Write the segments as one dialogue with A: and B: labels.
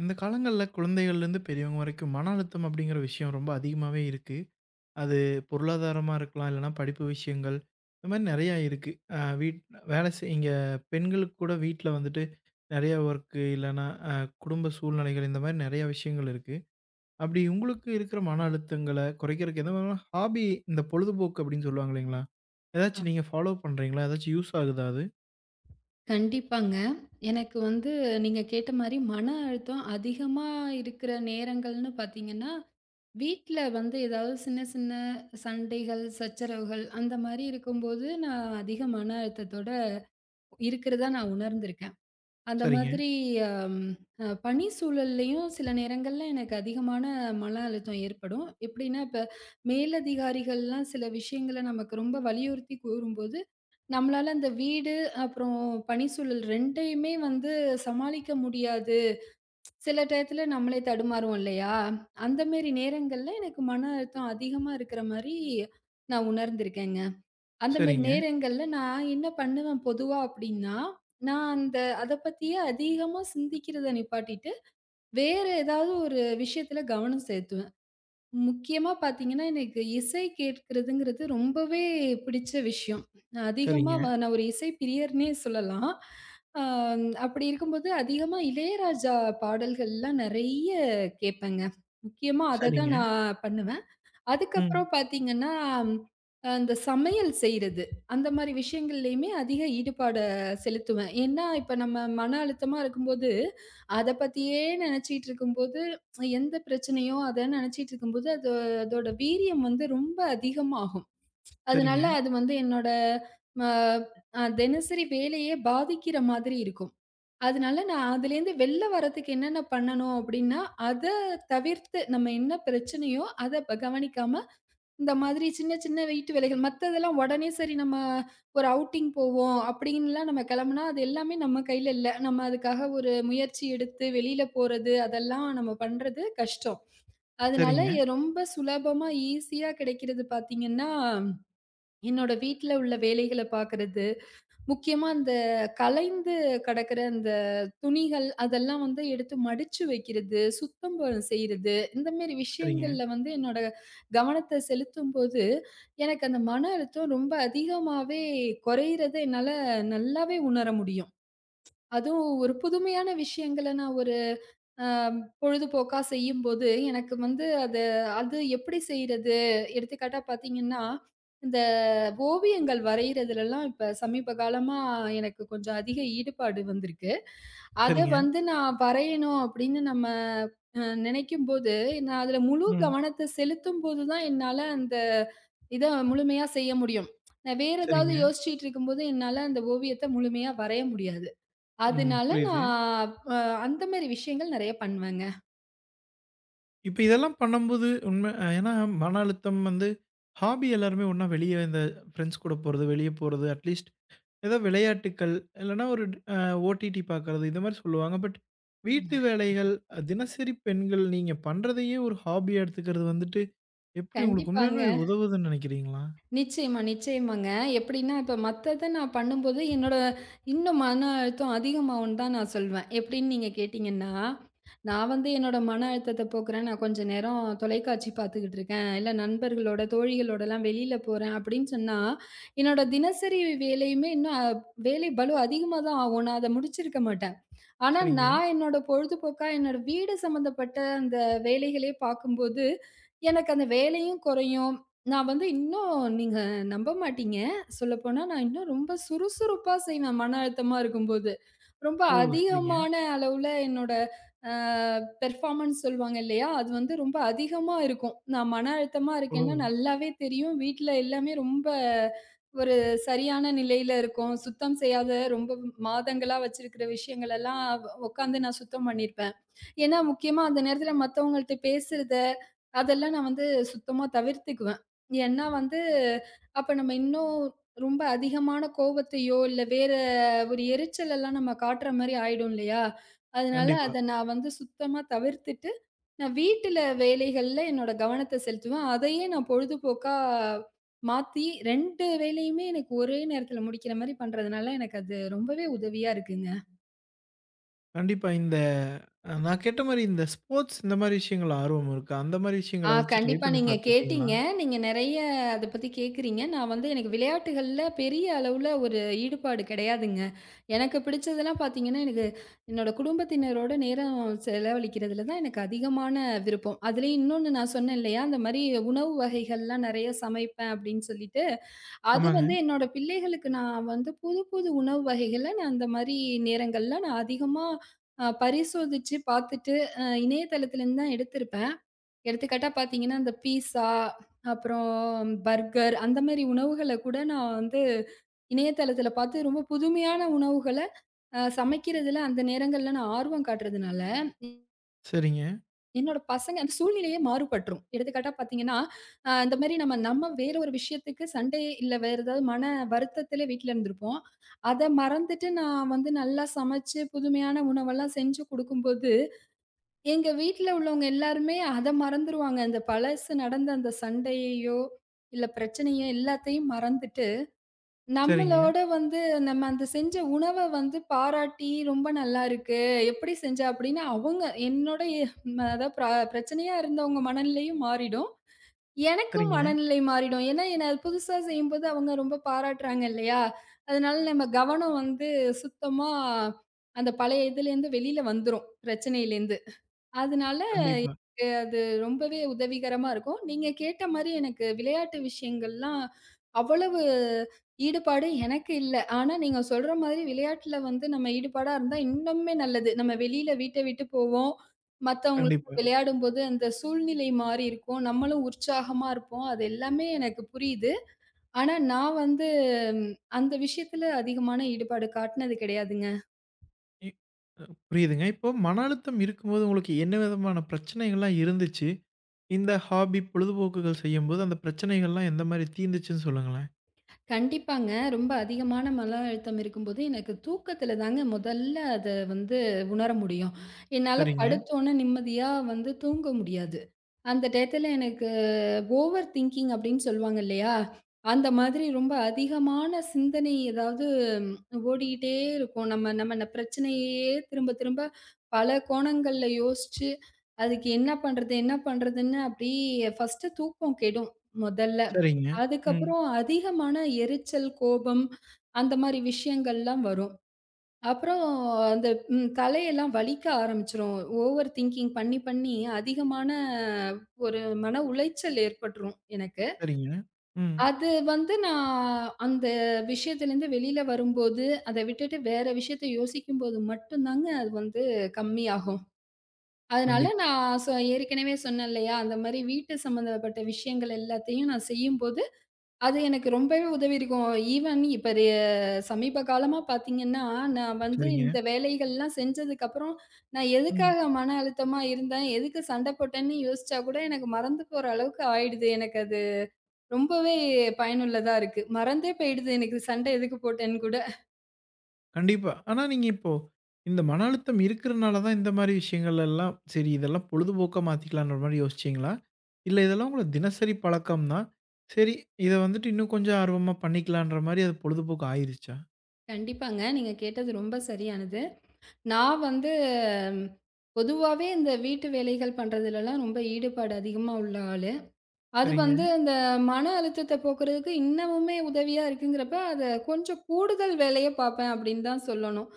A: இந்த காலங்கள்ல குழந்தைகள்லேருந்து பெரியவங்க வரைக்கும் மன அழுத்தம் அப்படிங்கிற விஷயம் ரொம்ப அதிகமாவே இருக்கு. அது பொருளாதாரமா இருக்கலாம், இல்லன்னா படிப்பு விஷயங்கள். இந்த மாரி நெறையா இருக்கு. அ வீட் வேலை செய் இங்க பெண்களுக்கு கூட வீட்ல வந்துட்டு நெறையா ஒர்க்கு இல்லன்னா, குடும்ப சூழ்நிலைகள் இந்த மாரி நெறையா விஷயங்கள் இருக்கு. அப்படி உங்களுக்கு இருக்கிற மன அழுத்தங்கள குறைக்கிறதுக்கு எந்த மாரியான ஹாபி இந்த பொழுதுபோக்கு அப்படின்னு சொல்லுவாங்க இல்லைங்களா?
B: அ
A: ஏதாச்சும் நீங்க ஃபாலோ பண்றீங்களா? ஏதாச்சும் யூஸ் ஆகுதா அது?
B: கண்டிப்பாங்க. எனக்கு வந்து நீங்க கேட்ட மாரி மன அழுத்தம் அதிகமா இருக்கிற நேரங்கள்னு பார்த்தீங்கன்னா, வீட்ல வந்து ஏதாவது சின்ன சின்ன சண்டைகள், சச்சரவுகள் அந்த மாரி இருக்கும்போது, நான் அதிக மன அழுத்தத்தோட இருக்கிறதா நான் உணர்ந்திருக்கேன். அந்த
A: சரிங்க,
B: மாதிரி அம் அ பணி சூழல்லயும் சில நேரங்கள்ல எனக்கு அதிகமான மன அழுத்தம் ஏற்படும். எப்படின்னா, இப்ப மேலதிகாரிகள்லாம் சில விஷயங்கள நமக்கு ரொம்ப வலியுறுத்தி கூறும்போது, நம்மளால அந்த வீடு, அப்புறம் பணிச்சூழல் 2யுமே வந்து சமாளிக்க முடியாது. சில டயத்துல நம்மளே தடுமாறுவோம் இல்லையா? அந்த மேரி நேரங்கள்ல எனக்கு மன அழுத்தம் அதிகமா இருக்கிற மாரி நான் உணர்ந்திருக்கேங்க. அந்த மாரி
A: சரிங்க,
B: நேரங்கள்ல நான் என்ன பண்ணுவேன் பொதுவா அப்டின்னா, நான் அந்த அத பத்தியே அதிகமா சிந்திக்கிறத நிப்பாட்டிட்டு, வேற ஏதாவது ஒரு விஷயத்துல கவனம் செலுத்துவேன். முக்கியமா பார்த்தீங்கன்னா, எனக்கு இசை கேட்கிறதுங்கிறது ரொம்பவே பிடிச்ச விஷயம். நான் அதிகமா
A: சரிங்க,
B: வ நான் ஒரு இசை பிரியர்னே சொல்லலாம். அ அப்படி இருக்கும்போது அதிகமா இளையராஜா பாடல்கள்லாம் நெறைய கேட்பேங்க. முக்கியமா அத
A: சரிங்க.
B: தான் நான் பண்ணுவேன்.
A: ம்.
B: அதுக்கப்புறம் பார்த்தீங்கன்னா, அந்த சமையல் செய்றது. அந்த மாரி விஷயங்கள்லயுமே அதிக ஈடுபாட செலுத்துவேன். ஏன்னா, இப்ப நம்ம மன அழுத்தமா இருக்கும்போது, அத பத்தியே நெனச்சிட்டு இருக்கும்போது, எந்த பிரச்சனையோ அத நெனச்சிட்டு இருக்கும்போது, அது அதோட வீரியம் வந்து ரொம்ப அதிகமாகும்.
A: சரிங்க,
B: அதனால அது வந்து என்னோட ம அ தினசரி வேலையே பாதிக்கிற மாதிரி இருக்கும். அதனால நான் அதுலேருந்து வெளில வரதுக்கு என்னென்ன பண்ணணும் அப்டின்னா, அத தவிர்த்து நம்ம என்ன பிரச்சனையோ அத கவனிக்காம இந்த மாதிரி சின்ன சின்ன வீட்டு வேலைகள். மத்ததெல்லாம் உடனே சரி நம்ம ஒரு அவுட்டிங் போவோம் அப்டின்லாம் நம்ம கிளம்புனா, அது எல்லாமே நம்ம கையில இல்ல. நம்ம அதுக்காக ஒரு முயற்சி எடுத்து வெளியில போறது, அதெல்லாம் நம்ம பண்றது கஷ்டம். அதனால
A: சரிங்க,
B: ரொம்ப சுலபமா ஈஸியா கிடைக்கிறது பார்த்தீங்கன்னா, என்னோட வீட்ல உள்ள வேலைகள பார்க்கறது. முக்கியமா அந்த கலைந்து கிடக்கிற அந்த துணிகள், அதெல்லாம் வந்து எடுத்து மடிச்சு வைக்கிறது, சுத்தம் செய்றது, இந்த மாரி
A: சரிங்க,
B: விஷயங்கள்ல வந்து என்னோட கவனத்த செலுத்தும்போது, எனக்கு அந்த மன அழுத்தம் ரொம்ப அதிகமாவே குறையிறத என்னால நல்லாவே உணர முடியும். அதுவும் ஒரு புதுமையான விஷயங்கள நான் ஒரு அ பொழுதுபோக்கா செய்யும்போது, எனக்கு வந்து அது அது எப்படி செய்றது? எடுத்துக்காட்டா பார்த்தீங்கன்னா, இந்த ஓவியங்கள் வரையிறதுலலாம் இப்ப சமீப காலமா எனக்கு கொஞ்சம் அதிக ஈடுபாடு வந்திருக்கு. அத
A: சரிங்க.
B: வந்து நான் வரையணும் அப்படின்னு நம்ம அ நினைக்கும்போது, நான் அதுல முழு
A: ம்.
B: கவனத்த செலுத்தும்போது தான் என்னால அந்த இத முழுமையா செய்ய முடியும். நான் வேற ஏதாவது
A: சரிங்க.
B: யோசிச்சுட்டு இருக்கும்போது, என்னால அந்த ஓவியத்த முழுமையா வரைய முடியாது.
A: ம்.
B: அதனால
A: புரியுது.
B: நான் அ அந்த மாரி விஷயங்கள் நெறைய பண்ணுவேங்க.
A: இப்ப இதெல்லாம் பண்ணும்போது ஏன்னா மன அழுத்தம் வந்து ஹாபி எல்லாருமே ஒண்ணா வெளிய இந்த ஃப்ரெண்ட்ஸ் கூட போறது, வெளிய போறது, அட்லீஸ்ட் ஏதோ விளையாட்டுக்கள், இல்லன்னா ஒரு அ ஓடிடி பார்க்கறது இந்த மாரி சொல்லுவாங்க. பட் வீட்டு வேலைகள், அ தினசரி பெண்கள் நீங்க பண்றதையே ஒரு ஹாபியா எடுத்துக்கிறது வந்துட்டு எப்படி உங்களுக்கு உண்மையாலுமே
B: கண்டிப்பாங்க.
A: இது உதவுதுன்னு நினைக்கிறீங்களா?
B: நிச்சயமா, நிச்சயமாங்க. எப்படின்னா, இப்ப மத்தத நான் பண்ணும்போது, என்னோட இன்னும் மன அழுத்தம் அதிகமாகும்ன்னு தான் நான் சொல்வேன். எப்படின்னு நீங்க கேட்டீங்கன்னா, நான் வந்து என்னோட மன அழுத்தத்த போக்குறேன். நான் கொஞ்ச நேரம் தொலைக்காட்சி பார்த்துக்கிட்டு இருக்கேன். இல்ல நண்பர்களோட, தோழிகளோடலாம் வெளியில போறேன் அப்படின்னு சொன்னா, என்னோட தினசரி வேலையுமே இன்னும் வேலை பளு அதிகமா தான் ஆகும். நான் அத முடிச்சிருக்க மாட்டேன். ஆனா,
A: சரிங்க.
B: நான் என்னோட பொழுதுபோக்கா என்னோட வீடு சம்மந்தப்பட்ட அந்த வேலைகளே பார்க்கும்போது, எனக்கு அந்த வேலையும் குறையும். நான் வந்து இன்னும் நீங்க நம்ப மாட்டீங்க. சொல்லப்போனா நான் இன்னும் ரொம்ப சுறுசுறுப்பா செய்வேன், மன அழுத்தமா இருக்கும்போது. ரொம்ப
A: ஓ! சரிங்க.
B: அதிகமான அளவுல என்னோட அ பெர்ஃபார்மன்ஸ் சொல்லுவாங்க இல்லையா? அது வந்து ரொம்ப அதிகமா இருக்கும். நான் மன அழுத்தமா
A: ஓ!
B: இருக்கேன்னா நல்லாவே தெரியும். வீட்ல எல்லாமே ரொம்ப ஒரு சரியான நிலையில இருக்கும். சுத்தம் செய்யாத ரொம்ப மாதங்களா வச்சிருக்கிற விஷயங்கள் எல்லாம் உட்காந்து நான் சுத்தம் பண்ணியிருப்பேன். ஏன்னா, முக்கியமா அந்த நேரத்துல மத்தவங்கள்ட்ட பேசுறத, அதெல்லாம் நான் வந்து சுத்தமா தவிர்த்துக்குவேன். ஏன்னா வந்து, அப்ப நம்ம இன்னும் ரொம்ப அதிகமான கோவத்தையோ, இல்ல வேற ஒரு எரிச்சல் எல்லாம் நம்ம காட்டுற மாரி ஆயிடும் இல்லையா? அதனால
A: கண்டிப்பா.
B: அத நான் வந்து சுத்தமா தவிர்த்துட்டு நான் வீட்டுல வேலைகள்ல என்னோட கவனத்த செலுத்துவேன். அதையே நான் பொழுதுபோக்கா மாத்தி 2 வேலையுமே எனக்கு ஒரே நேரத்துல முடிக்கிற மாரி பண்றதுனால, எனக்கு அது ரொம்பவே உதவியா இருக்குங்க.
A: கண்டிப்பா. இந்த அ நான் கேட்ட மாரி இந்த ஸ்போர்ட்ஸ் இந்த மாரி விஷயங்கள்ல ஆர்வம் இருக்கா? அந்த மாரி
B: ஆ
A: விஷயங்கள ஏதாச்சும் ட்ரை
B: கண்டிப்பா
A: பண்ணி
B: நீங்க
A: பார்த்துருக்கீங்களா?
B: கேட்டீங்க. நீங்க நெறைய அத பத்தி கேட்கிறீங்க. நான் வந்து எனக்கு விளையாட்டுகள்ல பெரிய அளவுல ஒரு ஈடுபாடு கிடையாதுங்க. எனக்கு பிடிச்சதெல்லாம் பார்த்தீங்கன்னா, எனக்கு என்னோட குடும்பத்தினரோட நேரம் செலவழிக்கிறதுல தான் எனக்கு அதிகமான விருப்பம். அதுலயும் இன்னொன்னு நான் சொன்னேன் இல்லையா, அந்த மாரி உணவு வகைகள்லாம் நெறைய சமைப்பேன் அப்படின்னு சொல்லிட்டு, அது
A: ஆமாங்க.
B: வந்து என்னோட பிள்ளைகளுக்கு நான் வந்து புது, புது உணவு வகைகள நான் அந்த மாரி நேரங்கள்ல நான் அதிகமா பரிசோதிச்சு பார்த்துட்டு, இணையதளத்துலேருந்து தான் எடுத்திருப்பேன். எடுத்துக்காட்டா பார்த்தீங்கன்னா, இந்த பீஸா, அப்புறம் பர்கர் அந்த மாரி உணவுகள கூட நான் வந்து இணையதளத்தில பார்த்து ரொம்ப புதுமையான உணவுகள சமைக்கிறதுல அந்த நேரங்கள்ல நான் ஆர்வம் காட்டுறதுனால
A: சரிங்க,
B: என்னோட பசங்க அந்த சூழ்நிலையே மாறுபட்டுரும். எடுத்துக்காட்டா பார்த்தீங்கன்னா, இந்த மாரி நம்ம நம்ம வேற ஒரு விஷயத்துக்கு சண்டை இல்ல வேற ஏதாவது மன வருத்தத்தில வீட்ல இருந்திருப்போம். அத மறந்துட்டு நான் வந்து நல்லா சமைச்சு புதுமையான உணவெல்லாம் செஞ்சு குடுக்கும்போது, எங்க வீட்ல உள்ளவங்க எல்லாருமே அத மறந்துருவாங்க. அந்த பழசு நடந்த அந்த சண்டையையோ, இல்ல பிரச்சனையோ எல்லாத்தையும் மறந்துட்டு
A: சரிங்க,
B: நம்மளோட வந்து நம்ம அந்த செஞ்ச உணவ வந்து பாராட்டி, "ரொம்ப நல்லா இருக்கு. எப்படி செஞ்ச?" அப்படின்னு அவங்க என்னோட அதான் பிரச்சனையா இருந்தவங்க மனநிலையும் மாறிடும். எனக்கும்
A: சரிங்க.
B: மனநிலை மாறிடும். ஏன்னா, என்ன அது புதுசா செய்யும்போது அவங்க ரொம்ப பாராட்டுறாங்க இல்லையா? அதனால நம்ம கவனம் வந்து சுத்தமா அந்த பழைய இதுலேருந்து வெளியில வந்துரும், பிரச்சனையிலேருந்து. அதனால
A: கண்டிப்பா,
B: எனக்கு அது ரொம்பவே உதவிகரமா இருக்கும். நீங்க கேட்ட மாரி எனக்கு விளையாட்டு விஷயங்கள்லாம் அவ்வளவு ஈடுபாடு எனக்கு இல்ல. ஆனா நீங்க சொல்ற மாதிரி விளையாட்டுல வந்து நம்ம ஈடுபாடா இருந்தா இன்னுமே நல்லது. நம்ம வெளியில வீட்ட விட்டு போவோம். மத்தவங்களோட
A: கண்டிப்பா.
B: விளையாடும்போது அந்த சூழ்நிலை மாறி இருக்கும். நம்மளும் உற்சாகமா இருப்போம். அது எல்லாமே எனக்கு புரியுது. ஆனா நான் வந்து ம், அந்த விஷயத்துல அதிகமான ஈடுபாடு காட்டுனது கிடையாதுங்க.
A: இ புரியுதுங்க. இப்போ மன அழுத்தம் இருக்கும்போது உங்களுக்கு என்ன விதமான பிரச்சனைகள்லாம் இருந்துச்சு? இந்த ஹாபி பொழுதுபோக்குகள் செய்யும்போது அந்த பிரச்சனைகள்லாம் எந்த மாரி தீர்ந்துச்சுன்னு சொல்லுங்களேன்?
B: கண்டிப்பாங்க. ரொம்ப அதிகமான மன அழுத்தம் இருக்கும்போது, எனக்கு தூக்கத்தில தாங்க முதல்ல அத வந்து உணர முடியும். என்னால
A: சரிங்க,
B: படுத்தோனே நிம்மதியா வந்து தூங்க முடியாது. அந்த டயத்துல எனக்கு ஓவர் திங்கிங் அப்படின்னு சொல்லுவாங்க இல்லையா? அந்த மாதிரி ரொம்ப அதிகமான சிந்தனை ஏதாவது ம், ஓடிக்கிட்டே இருக்கும். நம்ம நம்ம ந பிரச்சனையையே திரும்ப திரும்ப பல கோணங்கள்ல யோசிச்சு, அதுக்கு என்ன பண்றது? என்ன பண்றதுன்னு அப்படி ஃபர்ஸ்ட்டு தூக்கம் கெடும் முதல்ல.
A: சரிங்க. ம்.
B: அதுக்கப்புறம் அதிகமான எரிச்சல், கோபம் அந்த மாரி விஷயங்கள்லாம் வரும். அப்புறம் அந்த தலையெல்லாம் வலிக்க ஆரம்பிச்சுரும். ஓவர் திங்கிங் பண்ணி, பண்ணி அதிகமான ஒரு மன உளைச்சல் ஏற்பட்டுரும் எனக்கு.
A: சரிங்க. ம்.
B: அது வந்து நான் அந்த விஷயத்துலேருந்து வெளியில வரும்போது, அத விட்டுட்டு வேற விஷயத்த யோசிக்கும்போது மட்டும் தாங்க அது வந்து கம்மியாகும். அதனால
A: கண்டிப்பா.
B: நான் சொ ஏற்கனவே சொன்னேன் இல்லையா? அந்த மாரி வீட்டு சம்மந்தப்பட்ட விஷயங்கள் எல்லாத்தையும் நான் செய்யும்போது அது எனக்கு ரொம்பவே உதவி இருக்கும். ஈவன் இப்ப சமீப காலமா பார்த்தீங்கன்னா, நான் வந்து
A: சரிங்க.
B: இந்த வேலைகள்லாம் செஞ்சதுக்கப்புறம், நான்
A: ம்.
B: எதுக்காக மன அழுத்தமா இருந்தேன், எதுக்கு சண்டை போட்டேன்னு யோசிச்சா கூட எனக்கு மறந்து போற அளவுக்கு ஆயிடுது. எனக்கு அது ரொம்பவே பயனுள்ளதா இருக்கு. மறந்தே போயிடுது எனக்கு சண்டை எதுக்கு போட்டேன்னு கூட.
A: கண்டிப்பா. ஆனா நீங்க இப்போ இந்த மன அழுத்தம் இருக்கிறனால தான் இந்த மாரி விஷயங்கள் எல்லாம், சரி இதெல்லாம் பொழுதுபோக்கா மாத்திக்கலான்ற மாரி யோசிச்சீங்களா? இல்ல இதெல்லாம் உங்களோட தினசரி பழக்கம் தான். சரி இத வந்துட்டு இன்னும் கொஞ்சம் ஆர்வமா பண்ணிக்கலான்ற மாரி அது பொழுதுபோக்கு ஆயிருச்சா?
B: கண்டிப்பாங்க. நீங்க கேட்டது ரொம்ப சரியானது. நான் வந்து பொதுவாவே இந்த வீட்டு வேலைகள் பண்றதுலலாம் ரொம்ப ஈடுபாடு அதிகமா உள்ள ஆளு. அது
A: சரிங்க.
B: வந்து அந்த மன அழுத்தத்த போக்குறதுக்கு இன்னமுமே உதவியா இருக்குங்கிறப்ப, அத கொஞ்சம் கூடுதல் வேலைய பார்ப்பேன் அப்படின்னு தான் சொல்லணும்.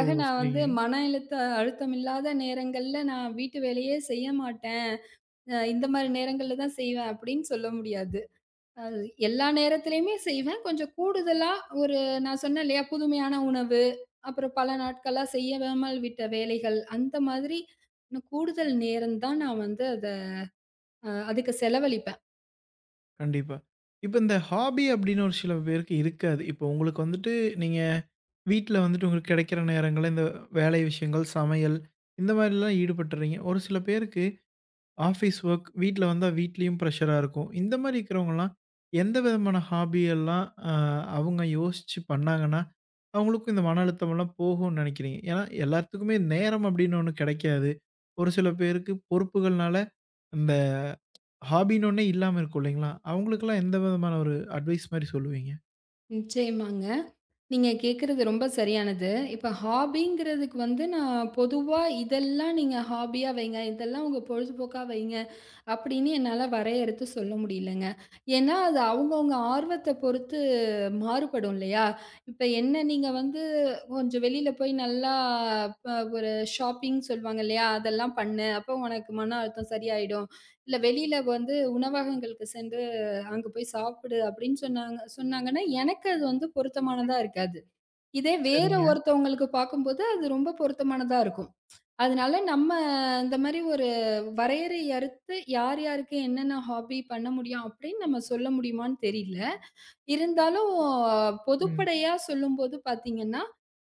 A: ஓ!
B: நான் வந்து
A: சரிங்க.
B: மன அழுத்தம் இல்லாத நேரங்கள்ல நான் வீட்டு வேலையே செய்ய மாட்டேன். இந்த மாரி நேரங்கள்ல தான் செய்வேன் அப்படின்னு சொல்ல முடியாது. அது எல்லா நேரத்திலயுமே செய்வேன். கொஞ்சம் கூடுதலா ஒரு நான் சொன்னேன் இல்லையா? புதுமையான உணவு, அப்புறம் பல நாட்களா செய்யாமல் விட்ட வேலைகள், அந்த மாதிரி இன்னும் கூடுதல் நேரம் தான் நான் வந்து அத அதுக்கு செலவழிப்பேன்.
A: கண்டிப்பா. இப்ப இந்த ஹாபி அப்படின்னு ஒரு சில பேருக்கு இருக்காது. இப்போ உங்களுக்கு வந்துட்டு நீங்க வீட்ல வந்துட்டு உங்களுக்கு கிடைக்கிற நேரங்கள்ல இந்த வேலை விஷயங்கள், சமையல் இந்த மாரிலாம் ஈடுபட்டுறீங்க. ஒரு சில பேருக்கு ஆஃபீஸ் வொர்க், வீட்ல வந்தா வீட்லயும் ப்ரஷரா இருக்கும். இந்த மாரி இருக்கிறவங்கலாம், எந்த விதமான ஹாபி எல்லாம் அவங்க யோசிச்சு பண்ணாங்கன்னா, அவங்களுக்கும் இந்த மன அழுத்தமெல்லாம் போகும்னு நெனைக்கிறீங்க? ஏன்னா, எல்லாத்துக்குமே நேரம் அப்படின்னு ஒண்ணு கெடைக்காது. ஒரு சில பேருக்கு பொறுப்புகள்னால, இந்த ஹாபின்னு ஒண்ணே இல்லாம இருக்கும் இல்லைங்களா? அவங்களுக்கெல்லாம் எந்த விதமான ஒரு அட்வைஸ் மாரி சொல்லுவீங்க?
B: நிச்சயமாங்க. நீங்க கேட்கறது ரொம்ப சரியானது. இப்ப ஹாபிங்கிறதுக்கு வந்து நான் பொதுவா இதெல்லாம் நீங்க ஹாபியா வைங்க, இதெல்லாம் உங்க பொழுதுபோக்கா வைங்க அப்படின்னு என்னால வரையறுத்து சொல்ல முடியலங்க. ஏன்னா அது அவங்கவங்க ஆர்வத்த பொறுத்து மாறுபடும் இல்லையா? இப்ப என்ன நீங்க வந்து கொஞ்சம் வெளியில போய் நல்லா ஒரு ஷாப்பிங் சொல்லுவாங்க இல்லையா? அதெல்லாம் பண்ணு. அப்போ உனக்கு மன அழுத்தம் சரியாயிடும். இல்ல வெளியில வந்து உணவகங்களுக்கு சென்று அங்க போய் சாப்பிடு அப்படின்னு சொன்னாங்கன்னா, எனக்கு அது வந்து பொருத்தமானதா இருக்காது. இதே வேற
A: சரிங்க.
B: ஒருத்தவங்களுக்கு பார்க்கும்போது, அது ரொம்ப பொருத்தமானதா இருக்கும். அதனால நம்ம இந்த மாரி ஒரு வரையறை அறுத்து, யார் யாருக்கு என்னென்ன ஹாபி பண்ண முடியும் அப்படின்னு நம்ம சொல்ல முடியுமான்னு தெரியல. இருந்தாலும்
A: ம்.
B: பொதுப்படையா சொல்லும்போது பார்த்தீங்கன்னா,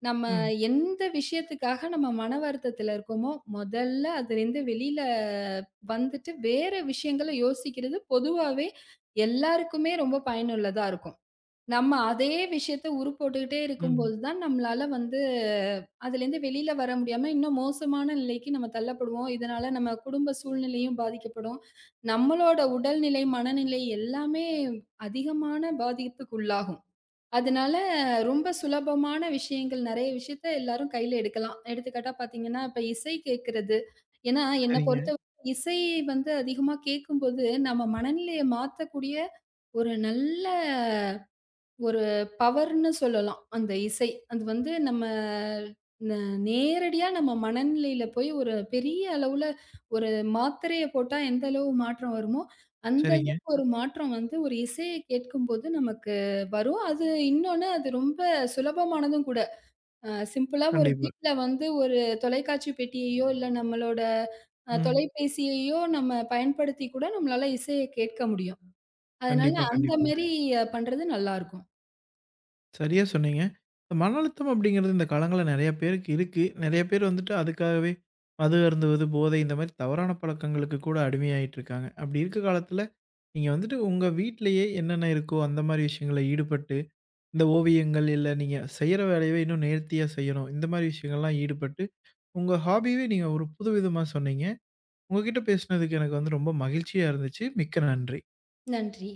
B: நம்ம
A: ம்.
B: எந்த விஷயத்துக்காக நம்ம மன வருத்தத்தில இருக்கோமோ, முதல்ல அதுலேருந்து வெளியில வந்துட்டு வேற விஷயங்கள யோசிக்கிறது பொதுவாவே எல்லாருக்குமே ரொம்ப பயனுள்ளதா இருக்கும். நம்ம அதே விஷயத்த உருப்போட்டுக்கிட்டே
A: ம்.
B: இருக்கும்போது தான், நம்மளால வந்து அதுலேருந்து வெளியில வர முடியாம, இன்னும் மோசமான நிலைக்கு நம்ம தள்ளப்படுவோம். இதனால நம்ம குடும்ப சூழ்நிலையும் பாதிக்கப்படும். நம்மளோட உடல்நிலை, மனநிலை எல்லாமே அதிகமான பாதிப்புக்கு உள்ளாகும். அதனால ரொம்ப சுலபமான விஷயங்கள் நெறைய விஷயத்த எல்லாரும் கையில எடுக்கலாம். எடுத்துக்காட்டா பார்த்தீங்கன்னா, இப்ப இசை கேட்கிறது. ஏன்னா, என்ன
A: சரிங்க,
B: பொறுத்தவரை இசை வந்து அதிகமா கேட்கும்போது, நம்ம மனநிலைய மாத்தக்கூடிய ஒரு நல்ல ஒரு பவர்ன்னு சொல்லலாம். அந்த இசை. அது வந்து நம்ம ந நேரடியா நம்ம மனநிலையில போய் ஒரு பெரிய அளவுல ஒரு மாத்திரைய போட்டா எந்த அளவு மாற்றம் வருமோ, அந்த
A: சரிங்க.
B: அளவுக்கு ஒரு மாற்றம் வந்து ஒரு இசைய கேட்கும்போது நமக்கு வரும். அது இன்னொன்னு அது ரொம்ப சுலபமானதும் கூட. சிம்பிளா ஒரு
A: கண்டிப்பா.
B: வீட்ல வந்து ஒரு தொலைக்காட்சி பெட்டியையோ, இல்ல நம்மளோட
A: ம்.
B: தொலைபேசியையோ நம்ம பயன்படுத்தி கூட நம்மளால இசைய கேட்க முடியும். அதனால
A: கண்டிப்பா,
B: அந்த
A: கண்டிப்பாங்க.
B: மாரி பண்றது நல்லாருக்கும்.
A: சரியா சொன்னீங்க. இந்த மன அழுத்தம் அப்படிங்கிறது இந்த காலங்கள்ல நெறைய பேருக்கு இருக்கு. நெறைய பேர் வந்துட்டு அதுக்காகவே மது அருந்துவது, போதை இந்த மாரி தவறான பழக்கங்களுக்கு கூட அடிமையாயிட்டு இருக்காங்க. அப்படி இருக்க காலத்துல, நீங்க வந்துட்டு உங்க வீட்லயே என்னென்ன இருக்கோ அந்த மாரி விஷயங்கள்ல ஈடுபட்டு, இந்த ஓவியங்கள் இல்ல நீங்க செய்ற வேலையவே இன்னும் நேர்த்தியா செய்யணும். இந்த மாரி விஷயங்கள்லாம் ஈடுபட்டு, உங்க ஹாபியவே நீங்க ஒரு புதுவிதமா சொன்னீங்க. உங்ககிட்ட பேசினதுக்கு எனக்கு வந்து ரொம்ப மகிழ்ச்சியா இருந்துச்சு. மிக்க நன்றி.
B: நன்றி.